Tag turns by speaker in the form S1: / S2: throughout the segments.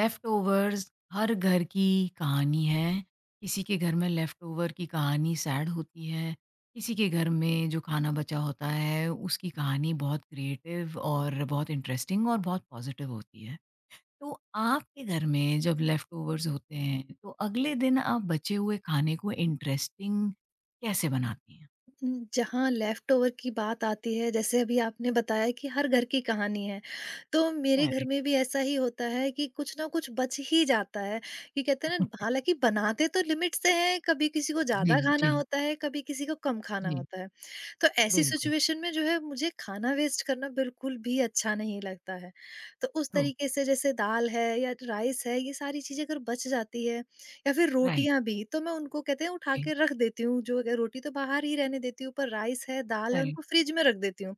S1: Left overs हर घर की कहानी है। किसी के घर में लेफ्ट ओवर की कहानी सैड होती है। किसी के घर में जो खाना बचा होता है उसकी कहानी बहुत क्रिएटिव और बहुत इंटरेस्टिंग और बहुत पॉजिटिव होती है। तो आपके घर में जब लेफ्ट ओवर्स होते हैं तो अगले दिन आप बचे हुए खाने को इंटरेस्टिंग कैसे बनाती हैं?
S2: जहाँ लेफ़्टओवर की बात आती है, जैसे अभी आपने बताया कि हर घर की कहानी है, तो मेरे घर
S1: करेक्ट।
S2: में भी ऐसा ही होता है कि कुछ ना कुछ बच ही जाता है, कि कहते हैं ना हालाँकि बनाते तो लिमिट से हैं, कभी किसी को
S1: जी।
S2: ज़्यादा
S1: जी।
S2: खाना होता है, कभी किसी को कम खाना
S1: जी।
S2: होता है। तो ऐसी
S1: बिल्कुल।
S2: सिचुएशन में जो है मुझे खाना वेस्ट करना बिल्कुल भी अच्छा नहीं लगता है। तो उस
S1: ट्रू।
S2: तरीके से जैसे दाल है या राइस है, ये सारी चीज़ें अगर बच जाती है या फिर
S1: राइट।
S2: रोटियाँ भी, तो मैं उनको कहते हैं उठा
S1: जी।
S2: के रख देती हूँ, जो अगर रोटी तो बाहर ही रहने देती हूँ, पर राइस है, दाल है,
S1: करेक्ट।
S2: उनको फ्रिज में रख देती हूँ।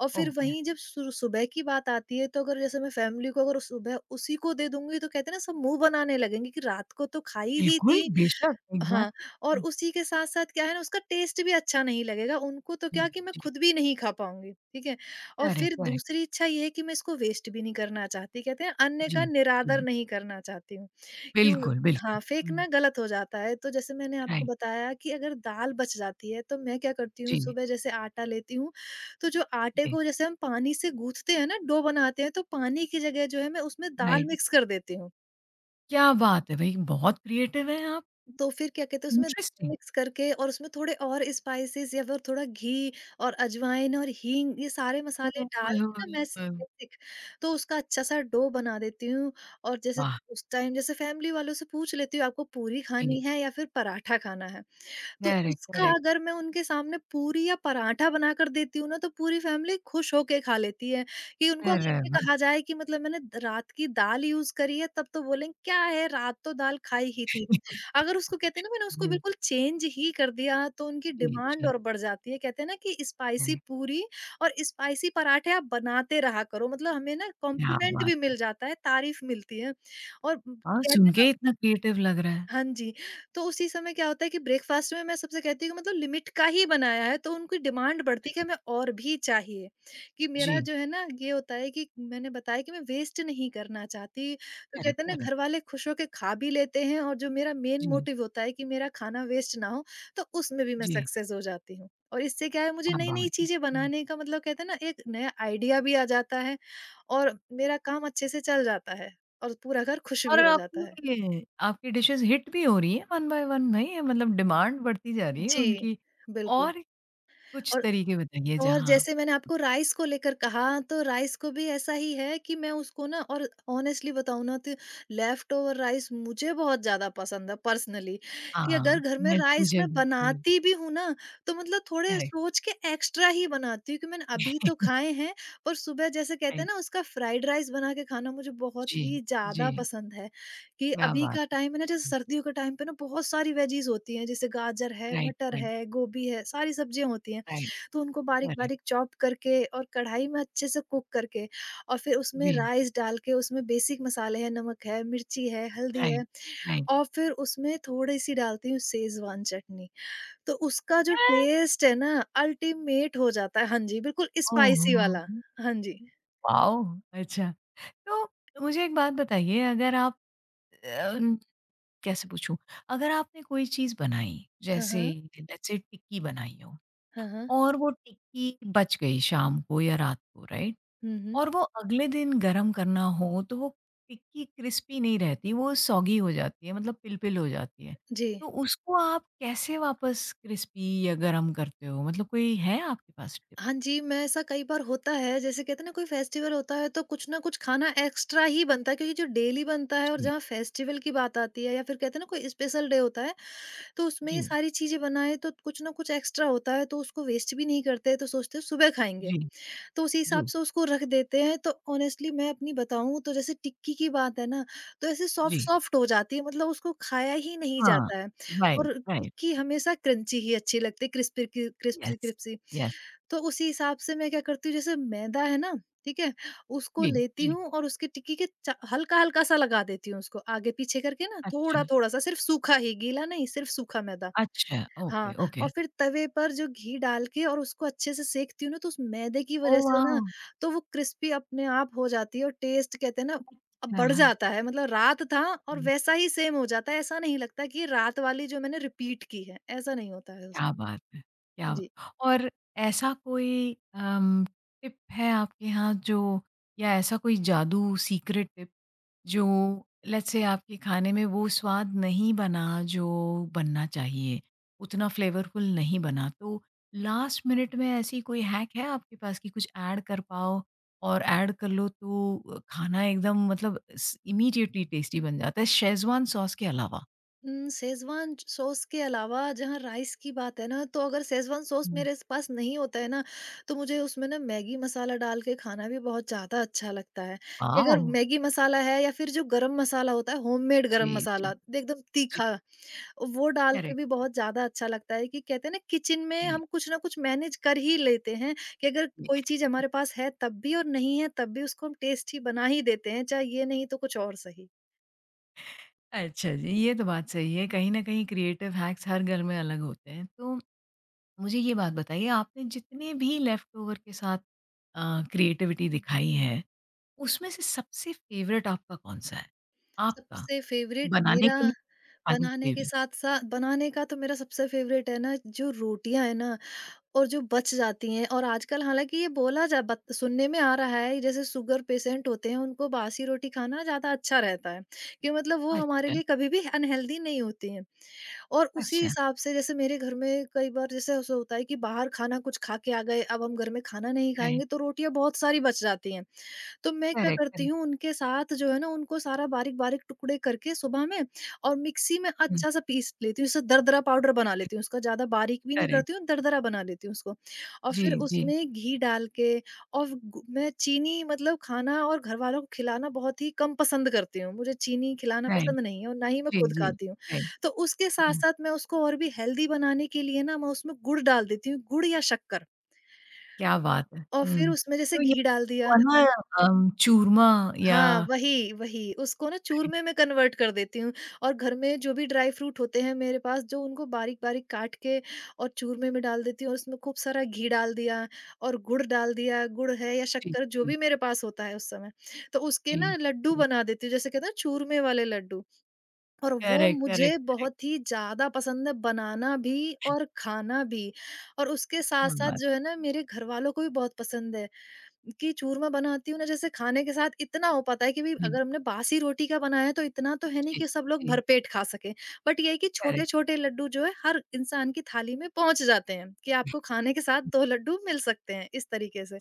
S2: और फिर
S1: ओके।
S2: वहीं जब सु सुबह की बात आती है, तो अगर जैसे मैं फैमिली को अगर सुबह उसी को दे दूँगी, तो कहते हैं ना सब मुँह बनाने लगेंगे कि रात को तो खाई ही
S1: बिल्कुल,
S2: थी।
S1: बेशक,
S2: हाँ, और
S1: एग्जैक्टली।
S2: उसी के साथ-साथ क्या है ना उसका टेस्ट भी अच्छा नहीं लगेगा, उनको तो क्या
S1: जी।
S2: कि मैं
S1: जी।
S2: खुद भी नहीं खा पाऊँगी, ठीक है? और
S1: करेक्ट,
S2: फिर
S1: करेक्ट।
S2: दूसरी इच्छा ये है कि मैं इसको वेस्ट भी नहीं करना चाहती, कहते हैं अन्न का
S1: जी,
S2: निरादर
S1: जी।
S2: नहीं करना चाहती हूँ। क्यों?
S1: बिल्कुल, बिल्कुल।
S2: हाँ,
S1: हुँ।
S2: फेंकना गलत हो जाता है, तो जैसे मैंने आपको
S1: राइट।
S2: बताया कि अगर दाल बच जाती है, तो मैं क्या करती हूँ,
S1: जी,
S2: सुबह जैसे आटा लेती हूँ, तो जो आटे
S1: जी।
S2: को जैसे हम पानी से गूँथते हैं ना, डो बनाते हैं, तो पानी की जगह जो है मैं उसमें दाल
S1: राइट।
S2: मिक्स कर देती हूँ।
S1: क्या बात है भई! बहुत क्रिएटिव हैं आप।
S2: तो फिर क्या कहते हैं उसमें
S1: इंटरेस्टिंग।
S2: मिक्स करके और उसमें थोड़े और स्पाइसेस या फिर थोड़ा घी और अजवाइन और हींग ये सारे
S1: ओह,
S2: मसाले डाल
S1: ओह,
S2: के ना
S1: ओह,
S2: मैं
S1: ओह!
S2: बेसिक तो उसका अच्छा सा डो बना देती हूँ। और जैसे
S1: वाह!
S2: उस टाइम जैसे फैमिली वालों से पूछ लेती हूँ आपको पूरी
S1: जी।
S2: खानी है या फिर पराठा खाना है। तो
S1: करेक्ट,
S2: उसका
S1: करेक्ट।
S2: अगर मैं उनके सामने पूरी या पराठा बनाकर देती हूँ ना, तो पूरी फैमिली खुश होके खा लेती है, कि उनको अगर
S1: अरे
S2: ये
S1: वाह!
S2: कहा जाए कि मतलब मैंने द रात की दाल यूज़ करी है, तब तो बोलेंगे क्या है रात तो दाल खाई ही थी। अगर उसको कहते हैं ना मैंने उसको
S1: जी,
S2: बिल्कुल चेंज ही कर दिया, तो उनकी
S1: जी,
S2: डिमांड
S1: जी।
S2: और बढ़ जाती है। कहते हैं ना कि स्पाइसी
S1: करेक्ट।
S2: पूरी और स्पाइसी पराठे आप बनाते रहा करो, मतलब हमें ना
S1: क्या
S2: कॉम्प्लीमेंट
S1: बात
S2: भी
S1: है!
S2: मिल जाता है, तारीफ़ मिलती है। और
S1: और सुन
S2: कहते हैं ना।
S1: के इतना क्रिएटिव लग रहा है।
S2: हाँ जी, तो उसी समय क्या होता है कि ब्रेकफ़ास्ट में मैं सबसे कहती हूँ कि मतलब लिमिट का ही बनाया है, तो उनकी डिमांड बढ़ती है कि
S1: करेक्ट।
S2: हमें और भी चाहिए, कि मेरा
S1: जी,
S2: जो है ना ये होता है कि मैंने बताया कि मैं वेस्ट नहीं करना चाहती। तो
S1: करेक्ट,
S2: कहते हैं ना
S1: करेक्ट।
S2: घर वाले खुश होके खा भी लेते हैं और जो मेरा मेन
S1: जी,
S2: मोटिव होता है कि मेरा खाना वेस्ट ना हो, तो उसमें भी मैं
S1: जी।
S2: सक्सेस हो जाती हूँ। और इससे क्या है मुझे
S1: क्या
S2: नई-नई
S1: बात है!
S2: चीज़ें
S1: हुँ।
S2: बनाने का मतलब कहते हैं ना एक नया आइडिया भी आ जाता है और मेरा काम अच्छे से चल जाता है और पूरा घर खुश
S1: और
S2: भी हो जाता है।
S1: आपकी डिशेज़ हिट भी हो रही हैं वन बाय वन, नहीं है मतलब डिमांड बढ़ती जा रही है
S2: जी,
S1: उनकी।
S2: बिल्कुल।
S1: और कुछ
S2: और
S1: तरीके बताइए
S2: और
S1: जहाँ।
S2: जैसे मैंने आपको राइस को लेकर कहा तो राइस को भी ऐसा ही है कि मैं उसको ना और ऑनेस्टली बताऊं ना तो लेफ्ट ओवर राइस मुझे बहुत ज्यादा पसंद है पर्सनली। कि अगर
S1: हाँ,
S2: घर में
S1: मैं
S2: राइस
S1: मुझे
S2: मैं
S1: भी राइट।
S2: बनाती भी हूँ ना तो मतलब थोड़े
S1: करेक्ट।
S2: सोच के एक्स्ट्रा ही बनाती हूँ कि मैंने अभी तो खाए हैं। पर सुबह जैसे कहते हैं
S1: राइट।
S2: ना उसका फ्राइड राइस बना के खाना मुझे बहुत
S1: जी,
S2: ही
S1: जी।
S2: ज्यादा पसंद है। कि
S1: क्या
S2: अभी
S1: बात
S2: का टाइम है ना जैसे
S1: है!
S2: सर्दियों के टाइम पे ना बहुत सारी वेजीज होती हैं जैसे गाजर है,
S1: राइट,
S2: मटर
S1: राइट,
S2: है, गोभी है, सारी सब्जियां होती हैं।
S1: राइट।
S2: तो उनको
S1: करेक्ट।
S2: बारीक-बारीक चॉप करके और कढ़ाई में अच्छे से कुक करके और फिर उसमें
S1: जी।
S2: राइस डाल के उसमें बेसिक मसाले हैं, नमक है, मिर्ची है, हल्दी
S1: राइट,
S2: है।
S1: राइट।
S2: और फिर उसमें थोड़ी-सी डालती हूँ शेज़वान चटनी। तो उसका जो
S1: अ,
S2: टेस्ट है ना अल्टीमेट हो जाता है। हाँ जी, बिल्कुल स्पाइसी
S1: ओहो!
S2: वाला। हाँ जी।
S1: वॉव! अच्छा, तो मुझे एक बात बताइए अगर आप अ, कैसे पूछूँ? अगर आपने कोई चीज़ बनाई,
S2: हाँ,
S1: जैसे
S2: हाँ।
S1: लेट्स से टिक्की बनाई हो
S2: हाँ, हाँ।
S1: और वो टिक्की बच गई शाम को या रात को, राइट?
S2: हुँ, हुँ।
S1: और वो अगले दिन गरम करना हो तो वो टिक्की क्रिस्पी नहीं रहती, वो सॉगी हो जाती है मतलब पिल-पिल हो जाती है।
S2: जी।
S1: तो उसको आप कैसे वापस क्रिस्पी या गरम करते हो? मतलब कोई है आपके पास टिप?
S2: हाँ जी, मैं ऐसा कई बार होता है, जैसे कहते हैं ना कोई फेस्टिवल होता है तो कुछ ना कुछ खाना एक्स्ट्रा ही बनता है क्योंकि जो डेली बनता है और
S1: जी,
S2: जहाँ फेस्टिवल की बात आती है या फिर कहते हैं ना कोई स्पेशल डे होता है, तो उसमें
S1: जी,
S2: ये सारी चीज़ें बनाएँ तो कुछ ना कुछ एक्स्ट्रा होता है तो उसको वेस्ट भी नहीं करते, तो सोचते हैं सुबह खाएँगे।
S1: जी,
S2: तो उसी
S1: जी,
S2: हिसाब से उसको रख देते हैं, तो ऑनेस्टली मैं अपनी बताऊँ तो जैसे टिक्की की बात है ना, तो ऐसे
S1: जी।
S2: सॉफ्ट-सॉफ्ट हो जाती है मतलब उसको खाया ही नहीं
S1: हाँ,
S2: जाता है।
S1: राइट,
S2: और
S1: राइट।
S2: टिक्की हमेशा क्रंची ही अच्छी लगती है, क्रिस्पी
S1: यस,
S2: क्रिस्पी-क्रिस्पी।
S1: यस।
S2: तो उसी हिसाब से मैं क्या करती हूँ जैसे मैदा है ना, ठीक है? उसको
S1: जी,
S2: लेती
S1: जी।
S2: हूँ और उसकी टिक्की के च हल्का-हल्का सा लगा देती हूँ उसको आगे-पीछे करके ना
S1: अच्छा,
S2: थोड़ा-थोड़ा सा सिर्फ़ सूखा ही, गीला नहीं सिर्फ़ सूखा मैदा।
S1: अच्छा, ओके,
S2: हाँ, और
S1: ओके।
S2: फिर तवे पर जो घी डाल के और उसको अच्छे से सेंकती हूँ ना तो उस मैदे की वज़ह
S1: ओह
S2: से ना
S1: वाओ!
S2: तो वो क्रिस्पी अपने आप हो जाती है और टेस्ट कहते हैं ना अब बढ़
S1: अच्छा।
S2: जाता है, मतलब रात था और वैसा ही सेम हो जाता है। ऐसा नहीं लगता कि ये रात वाली जो मैंने रिपीट की है, ऐसा नहीं होता है
S1: क्या
S2: उसमें।
S1: बात है! क्या
S2: जी।
S1: बा और ऐसा कोई अम, टिप है आपके यहाँ जो या ऐसा कोई जादू सीक्रेट टिप जो लेट्स से आपके खाने में वो स्वाद नहीं बना जो बनना चाहिए, उतना फ्लेवरफुल नहीं बना, तो लास्ट मिनट में ऐसी कोई हैक है आपके पास कि कुछ ऐड कर पाओ और ऐड कर लो तो खाना एकदम, मतलब स इमीडिएटली टेस्टी बन जाता है शेज़वान सॉस के अलावा?
S2: शेज़वान ज सॉस के अलावा जहाँ राइस की बात है ना, तो अगर शेज़वान सॉस
S1: हुँ।
S2: मेरे स पास नहीं होता है ना, तो मुझे उसमें ना मैगी मसाला डाल के खाना भी बहुत ज़्यादा अच्छा लगता है। कि अगर
S1: वॉव!
S2: मैगी मसाला है या फिर जो गरम मसाला होता है, होममेड गरम
S1: जी, जी,
S2: मसाला, एकदम तीखा,
S1: जी।
S2: वो डाल के भी
S1: करेक्ट,
S2: बहुत ज़्यादा अच्छा लगता है कि कहते हैं ना, किचन में
S1: जी।
S2: हम कुछ ना कुछ मैनेज कर ही लेते हैं। कि अगर
S1: जी।
S2: कोई चीज़ हमारे पास है तब भी और नहीं है तब भी उसको हम टेस्टी बना ही देते हैं, चाहे ये नहीं तो कुछ और सही।
S1: अच्छा जी, ये तो बात सही है। कहीं न कहीं क्रिएटिव हैक्स हर घर में अलग होते हैं। तो मुझे ये बात बताइए, आपने जितने भी लेफ्टओवर के साथ अ, क्रिएटिविटी दिखाई है, उसमें से सबसे फ़ेवरेट आपका कौन-सा है? आपका?
S2: सबसे फेवरेट
S1: बनाने
S2: मेरा
S1: के लिए पानी
S2: बनाने के
S1: ग्रेवी।
S2: साथ-साथ, बनाने का तो मेरा सबसे फेवरेट है ना जो रोटियाँ हैं ना और जो बच जाती हैं। और आजकल हालाँकि ये बोला जा बत सुनने में आ रहा है जैसे शुगर पेशेंट होते हैं उनको बासी रोटी खाना ज़्यादा अच्छा रहता है, कि मतलब वो हमारे
S1: अच्छा,
S2: लिए कभी भी अनहेल्दी नहीं होती हैं। और उसी
S1: अच्छा,
S2: हिसाब से जैसे मेरे घर में कई बार जैसे ऐसा होता है कि बाहर खाना कुछ खा के आ गए अब हम घर में खाना नहीं
S1: राइट।
S2: खाएँगे तो रोटियाँ बहुत सारी बच जाती हैं। तो मैं क्या
S1: करेक्ट,
S2: करती
S1: करेक्ट।
S2: हूँ उनके साथ जो है ना, उनको सारा बारीक-बारीक टुकड़े करके सुबह में और मिक्सी में
S1: हुँ,
S2: अच्छा-सा पीस लेती हूँ। उससे दरदरा पाउडर बना लेती हूँ, उसका ज़्यादा बारीक भी नहीं
S1: करेक्ट।
S2: करती हूँ, दरदरा बना लेती हूँ उसको। और
S1: जी,
S2: फिर
S1: जी,
S2: उसमें घी डाल के और गु मैं चीनी मतलब खाना और घरवालों को खिलाना बहुत ही कम पसंद करती हूँ। मुझे चीनी खिलाना
S1: राइट।
S2: पसंद नहीं है और ना ही मैं
S1: जी,
S2: खुद
S1: जी,
S2: खाती हूँ।
S1: राइट।
S2: तो उसके
S1: हुँ,
S2: साथ-साथ मैं उसको और भी हेल्दी बनाने के लिए ना मैं उसमें गुड़ डाल देती हूँ, गुड़ या शक्कर।
S1: क्या बात है।
S2: और फिर
S1: हुँ,
S2: उसमें जैसे
S1: तो ये
S2: घी डाल दिया।
S1: हुआ ना चूरमा या।
S2: हाँ, वही, वही। उसको ना चूरमे में कन्वर्ट कर देती हूँ और घर में जो भी ड्राई फ्रूट होते हैं मेरे पास, जो उनको बारीक-बारीक काट के और चूरमे में डाल देती हूँ, और उसमें खूब सारा घी डाल दिया और गुड़ डाल दिया, गुड़ है या
S1: जी,
S2: शक्कर जो
S1: जी,
S2: भी मेरे पास होता है उस समय। तो उसके ना
S1: जी।
S2: लड्डू बना देती हूँ, जैसे कहते हैं ना चूरमे वाले लड्डू। और वो
S1: करेक्ट, करेक्ट,
S2: मुझे बहुत ही ज़्यादा पसंद है, बनाना भी और खाना भी। और उसके
S1: क्या
S2: साथ-साथ
S1: बात!
S2: जो है ना मेरे घरवालों को भी बहुत पसंद है। कि चूरमा बनाती हूँ ना जैसे खाने के साथ इतना हो पाता है कि भाई
S1: जी,
S2: अगर हमने बासी रोटी का बनाया है तो इतना तो है नहीं
S1: जी,
S2: कि सब लोग
S1: जी,
S2: भरपेट खा सके, बट ये है कि छोटे
S1: करेक्ट।
S2: छोटे लड्डू जो है हर इंसान की थाली में पहुंच जाते हैं कि आपको खाने के साथ दो लड्डू मिल सकते हैं इस तरीके से।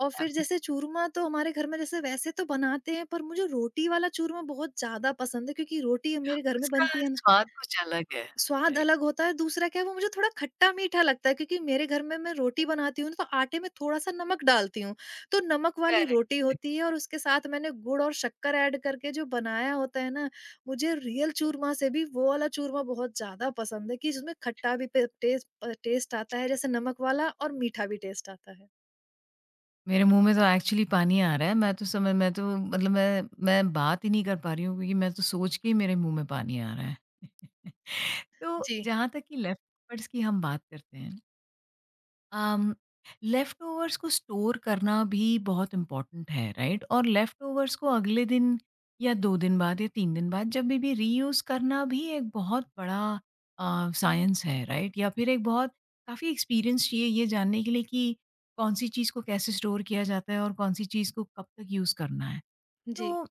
S2: और फिर जैसे चूरमा तो हमारे घर में जैसे वैसे तो बनाते हैं, पर मुझे रोटी वाला चूरमा बहुत ज्यादा पसंद है क्योंकि रोटी मेरे घर में
S1: उसका
S2: बनती है ना,
S1: स्वाद कुछ अलग है,
S2: स्वाद
S1: राइट।
S2: अलग होता है। दूसरा क्या है वो मुझे थोड़ा खट्टा-मीठा लगता है क्योंकि मेरे घर में मैं रोटी बनाती हूँ तो आटे में थोड़ा-सा नमक डालती हूँ। तो नमक वाली
S1: करेक्ट,
S2: रोटी
S1: करेक्ट।
S2: होती है और उसके साथ मैंने गुड़ और शक्कर ऐड करके जो बनाया होता है ना, मुझे रियल चूरमा से भी वो वाला चूरमा बहुत ज़्यादा पसंद है कि जिसमें खट्टा भी पे टेस्ट टेस्ट आता है जैसे नमक वाला, और मीठा भी टेस्ट आता है।
S1: मेरे मुँह में तो एक्चुअली पानी आ रहा है, मैं तो समझ मैं तो मतलब मैं बात ही नहीं कर पा रही हूँ क्योंकि मैं तो सोच के ही मेरे मुँह में पानी आ रहा है। तो
S2: जी,
S1: जहाँ तक कि लेफ्ट ओवर्स की हम बात करते हैं, लेफ्ट ओवर्स को स्टोर करना भी बहुत इम्पोर्टेंट है, राइट, और लेफ्ट ओवर्स को अगले दिन या दो दिन बाद या तीन दिन बाद, जब भी, रीयूज करना भी एक बहुत बड़ा साइंस है, राइट, या फिर एक बहुत काफ़ी एक्सपीरियंस चाहिए ये जानने के लिए कि कौन सी चीज़ को कैसे स्टोर किया जाता है और कौन सी चीज़ को कब तक यूज़ करना है।
S2: जी।
S1: तो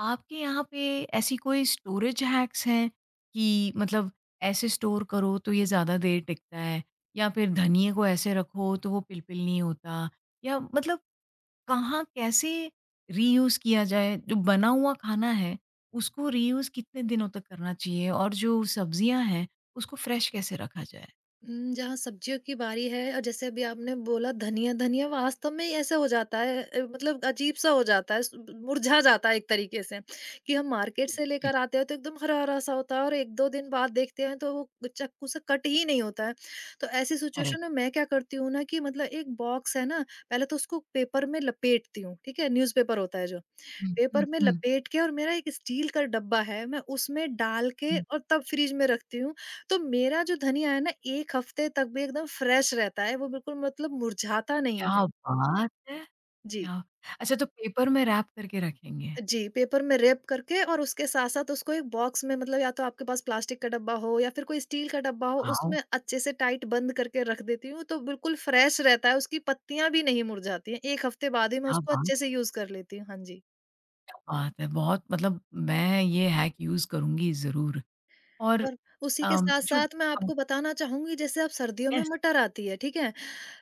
S1: आपके यहाँ पे ऐसी कोई स्टोरेज हैक्स हैं कि मतलब ऐसे स्टोर करो तो ये ज़्यादा देर टिकता है या फिर धनिए को ऐसे रखो तो वो पिल-पिल नहीं होता या मतलब कहाँ, कैसे रीयूज़ किया जाए? जो बना हुआ खाना है उसको रीयूज़ कितने दिनों तक करना चाहिए और जो सब्जियाँ हैं उसको फ्रेश कैसे रखा जाए?
S2: जहाँ सब्जियों की बारी है, और जैसे अभी आपने बोला धनिया, धनिया वास्तव में ही ऐसा हो जाता है, मतलब अजीब-सा हो जाता है, स मुरझा जाता है एक तरीके से कि हम मार्केट से
S1: जी,
S2: लेकर आते हैं तो एकदम हरा-हरा-सा होता है, और 1-2 दिन बाद देखते हैं तो वो चाकू से कट ही नहीं होता है। तो ऐसी सिचुएशन
S1: करेक्ट।
S2: में मैं क्या करती हूँ ना, कि मतलब एक बॉक्स है ना, पहले तो उसको पेपर में लपेटती हूँ, ठीक है? न्यूज़पेपर होता है जो।
S1: हुँ, हुँ,
S2: पेपर में
S1: हुँ,
S2: लपेट के, और मेरा एक स्टील का डब्बा है, मैं उसमें डाल के
S1: हुँ।
S2: और तब फ्रिज में रखती हूँ। तो मेरा जो धनिया है ना, 1 हफ्ते तक भी एकदम फ्रेश रहता है, वो बिल्कुल मतलब मुरझाता नहीं है।
S1: क्या बात है!
S2: जी।
S1: क्या अच्छा तो पेपर में रैप करके रखेंगे।
S2: जी, पेपर में रैप करके, और उसके साथ-साथ उसको एक बॉक्स में, मतलब या तो आपके पास प्लास्टिक का डब्बा हो या फिर कोई स्टील का डब्बा हो,
S1: वाओ!
S2: उसमें अच्छे से टाइट बंद करके रख देती हूँ, तो बिल्कुल फ्रेश रहता है, उसकी पत्तियाँ भी नहीं मुरझाती हैं। 1 हफ्ते बाद ही मैं
S1: क्या
S2: उसको
S1: बात!
S2: अच्छे से यूज़ कर लेती हूँ। हाँ जी।
S1: बात है! बहुत मतलब मैं ये हैक यूज़ करूँगी ज़रूर। और
S2: और उसी के
S1: अम, जो
S2: साथ-साथ मैं
S1: अ,
S2: आपको बताना चाहूँगी, जैसे अब सर्दियों में
S1: यस,
S2: मटर आती है, ठीक है?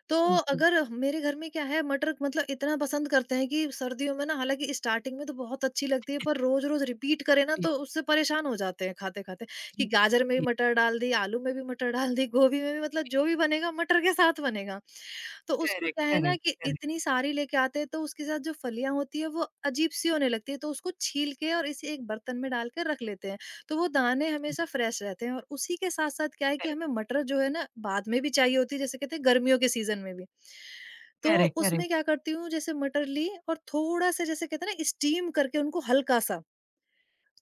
S2: तो
S1: बिल्कुल।
S2: अगर मेरे घर में क्या है, मटर मतलब इतना पसंद करते हैं कि सर्दियों में ना, हालाँकि स्टार्टिंग में तो बहुत अच्छी लगती है, पर रोज़-रोज़ रिपीट करें ना
S1: जी,
S2: तो उससे परेशान हो जाते हैं खाते-खाते, कि
S1: जी, जी,
S2: गाजर में भी
S1: जी,
S2: मटर डाल दी, आलू में भी मटर डाल दी, गोभी में भी,
S1: जी।
S2: मतलब जो भी बनेगा मटर के साथ बनेगा। तो उसको
S1: करेक्ट,
S2: क्या है ना,
S1: करेक्ट,
S2: कि
S1: करेक्ट,
S2: इतनी सारी लेके आते हैं तो उसके साथ जो फलियाँ होती है वो अजीब-सी होने लगती है, तो उसको छील के और इसे एक बर्तन में डाल के रख लेते हैं। तो वो दाने हमेशा फ्रेश रहते हैं, और उसी के साथ साथ क्या है कि
S1: करेक्ट,
S2: हमें मटर जो है ना बाद में भी चाहिए होती है, जैसे कहते हैं गर्मियों के सीजन में भी। तो
S1: करेक्ट, करेक्ट।
S2: उसमें क्या करती हूँ, जैसे मटर ली और थोड़ा सा जैसे कहते हैं ना स्टीम करके, उनको हल्का सा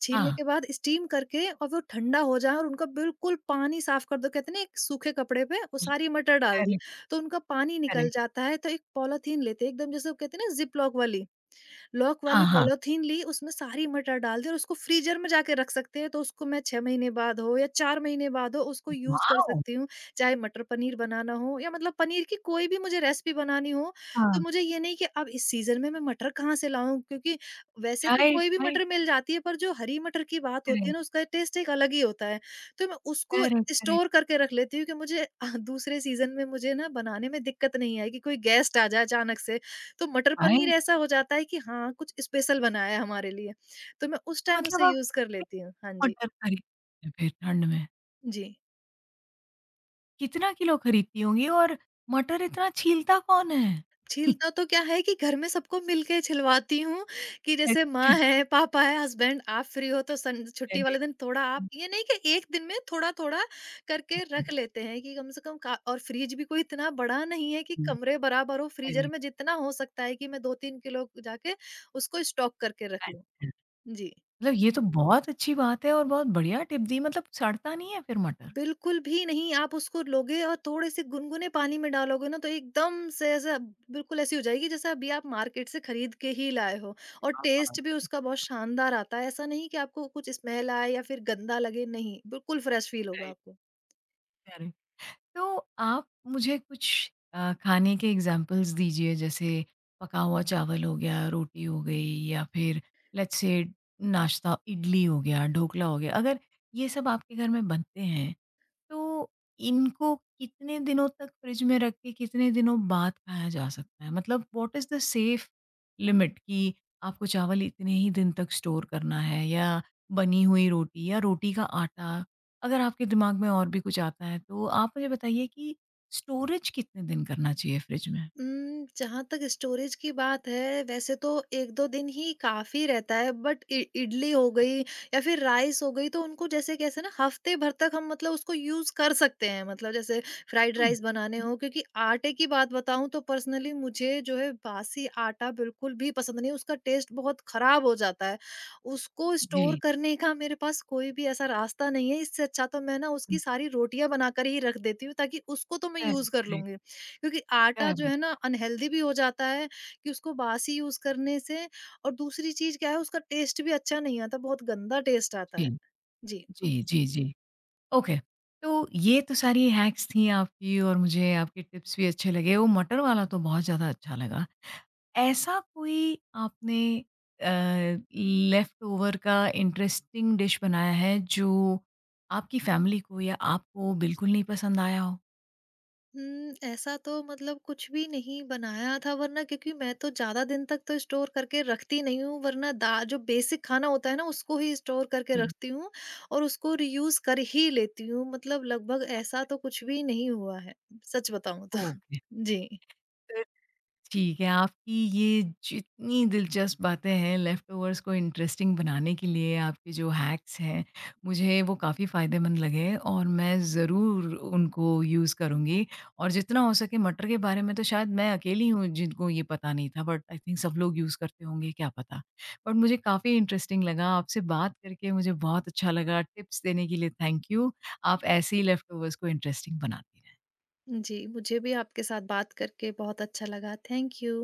S2: छीलने
S1: हाँ,
S2: के बाद स्टीम करके, और वो ठंडा हो जाए और उनका बिल्कुल पानी साफ कर दो, कहते हैं ना एक सूखे कपड़े पे वो सारी मटर डाल दी,
S1: करेक्ट,
S2: तो उनका पानी निकल
S1: करेक्ट।
S2: जाता है, तो एक पॉलीथीन लेते हैं एकदम जैसे वो कहते हैं ना जिप लॉक वाली, लॉक
S1: हाँ,
S2: वाली
S1: हाँ।
S2: पॉलीथीन ली, उसमें सारी मटर डाल दी और उसको फ्रीज़र में जाके रख सकते हैं, तो उसको मैं 6 महीने बाद हो या 4 महीने बाद हो, उसको यूज़ कर
S1: वाओ!
S2: सकती हूँ। चाहे मटर पनीर बनाना हो या मतलब पनीर की कोई भी मुझे रेसिपी बनानी हो, तो
S1: हाँ,
S2: मुझे ये नहीं कि अब इस सीज़न में मैं मटर कहाँ से लाऊँ? क्योंकि वैसे तो
S1: राइट,
S2: कोई भी
S1: राइट,
S2: मटर मिल जाती है, पर जो हरी मटर की बात होती है
S1: करेक्ट,
S2: ना, उसका टेस्ट एक अलग ही होता है। तो मैं उसको
S1: करेक्ट, करेक्ट,
S2: स्टोर करके रख लेती हूँ कि मुझे दूसरे सीज़न में मुझे ना बनाने में दिक्कत नहीं आएगी, कोई गेस्ट आ जाए अचानक से, तो मटर पनीर
S1: राइट।
S2: ऐसा हो जाता है कि हाँ, कुछ स्पेशल बनाया है हमारे लिए, तो मैं उस टाइम
S1: मतलब
S2: उसे
S1: आप
S2: यूज़ कर लेती हूँ। हाँ
S1: कितने
S2: जी।
S1: मटर खरीदती हैं फिर ठंड में?
S2: जी।
S1: कितना किलो खरीदती होंगी और मटर इतना छीलता कौन है?
S2: छीलता तो क्या है कि घर में सबको मिलके छिलवाती हूँ, कि जैसे माँ
S1: अच्छा,
S2: है, पापा है, हस्बैंड, आप फ्री हो तो सन छुट्टी वाले
S1: करेक्ट।
S2: दिन थोड़ा, आप ये नहीं कि एक दिन में थोड़ा-थोड़ा करके रख लेते हैं कि कम से कम का, और फ्रिज भी कोई इतना बड़ा नहीं है कि कमरे बराबर हो,
S1: करी।
S2: फ्रीज़र में जितना हो सकता है कि मैं 2-3 किलो जाके उसको स्टॉक करके रख लूँ।
S1: अच्छा।
S2: जी।
S1: मतलब ये तो बहुत अच्छी बात है और बहुत बढ़िया टिप दी, मतलब सड़ता नहीं है फिर मटर?
S2: बिल्कुल भी नहीं, आप उसको लोगे और थोड़े-से गुनगुने पानी में डालोगे ना, तो एकदम से ऐसा बिल्कुल ऐसी हो जाएगी जैसे अभी आप मार्केट से खरीद के ही लाए हो, और
S1: हाँ, हाँ।
S2: टेस्ट भी उसका बहुत शानदार आता है। ऐसा नहीं कि आपको कुछ स्मेल आए या फिर गंदा लगे, नहीं, बिल्कुल फ्रेश फील होगा
S1: राइट,
S2: आपको।
S1: अरे! तो आप मुझे कुछ खाने के एग्ज़ाम्पल्स दीजिए, जैसे पका हुआ चावल हो गया, रोटी हो गई, या फिर लेट्स से नाश्ता, इडली हो गया, ढोकला हो गया। अगर ये सब आपके घर में बनते हैं तो इनको कितने दिनों तक फ्रिज में रख के कितने दिनों बाद खाया जा सकता है? मतलब what is the safe limit, कि आपको चावल इतने ही दिन तक स्टोर करना है, या बनी हुई रोटी या रोटी का आटा, अगर आपके दिमाग में और भी कुछ आता है तो आप मुझे बताइए कि स्टोरेज कितने दिन करना चाहिए फ्रिज में?
S2: जहाँ तक स्टोरेज की बात है, वैसे तो 1-2 दिन ही काफ़ी रहता है, बट इ इडली हो गई या फिर राइस हो गई, तो उनको जैसे कैसे ना हफ्ते भर तक हम मतलब उसको यूज़ कर सकते हैं। मतलब जैसे फ्राइड
S1: हुँ।
S2: राइस बनाने हो, क्योंकि आटे की बात बताऊँ तो पर्सनली मुझे जो है बासी आटा बिल्कुल भी पसंद नहीं, उसका टेस्ट बहुत ख़राब हो जाता है। उसको स्टोर
S1: जी।
S2: करने का मेरे पास कोई भी ऐसा रास्ता नहीं है, इससे अच्छा तो मैं ना
S1: हुँ,
S2: उसकी सारी रोटियाँ बनाकर ही रख देती हूँ, ताकि उसको तो मैं
S1: करेक्ट,
S2: यूज़ कर
S1: करेक्ट,
S2: लूँगी। क्योंकि आटा जो
S1: करेक्ट।
S2: है ना अनहेल्दी भी हो जाता है, कि उसको बासी यूज करने से, और दूसरी चीज क्या है, उसका टेस्ट भी अच्छा नहीं आता, बहुत गंदा टेस्ट आता है।
S1: जी,
S2: जी।
S1: जी, जी, जी। ओके। तो ये तो सारी हैक्स थी आपकी और मुझे आपके टिप्स भी अच्छे लगे। वो मटर वाला तो बहुत ज़्यादा अच्छा लगा। ऐसा कोई आपने अ, लेफ्ट ओवर का इंटरेस्टिंग डिश बनाया है जो आपकी फैमिली को या आपको बिल्कुल नहीं पसंद आया हो?
S2: ऐसा तो मतलब कुछ भी नहीं बनाया था वरना, क्योंकि मैं तो ज्यादा दिन तक तो स्टोर करके रखती नहीं हूँ, वरना दा जो बेसिक खाना होता है ना उसको ही स्टोर करके
S1: जी।
S2: रखती हूँ, और उसको रियूज कर ही लेती हूँ, मतलब लगभग ऐसा
S1: अच्छा,
S2: तो कुछ भी नहीं हुआ है, सच बताऊं तो
S1: ओके।
S2: जी।
S1: ठीक है, आपकी ये जितनी दिलचस्प बातें हैं लेफ्टओवर्स को इंटरेस्टिंग बनाने के लिए, आपके जो हैक्स हैं, मुझे वो काफ़ी फ़ायदेमंद लगे और मैं ज़रूर उनको यूज़ करूँगी। और जितना हो सके, मटर के बारे में तो शायद मैं अकेली हूँ जिनको ये पता नहीं था, बट आई थिंक सब लोग यूज़ करते होंगे, क्या पता। बट मुझे काफ़ी इंटरेस्टिंग लगा आपसे बात करके, मुझे बहुत अच्छा लगा, टिप्स देने के लिए थैंक यू। आप ऐसे ही लेफ्टओवर्स को इंटरेस्टिंग बनाती हैं।
S2: जी, मुझे भी आपके साथ बात करके बहुत अच्छा लगा, थैंक यू।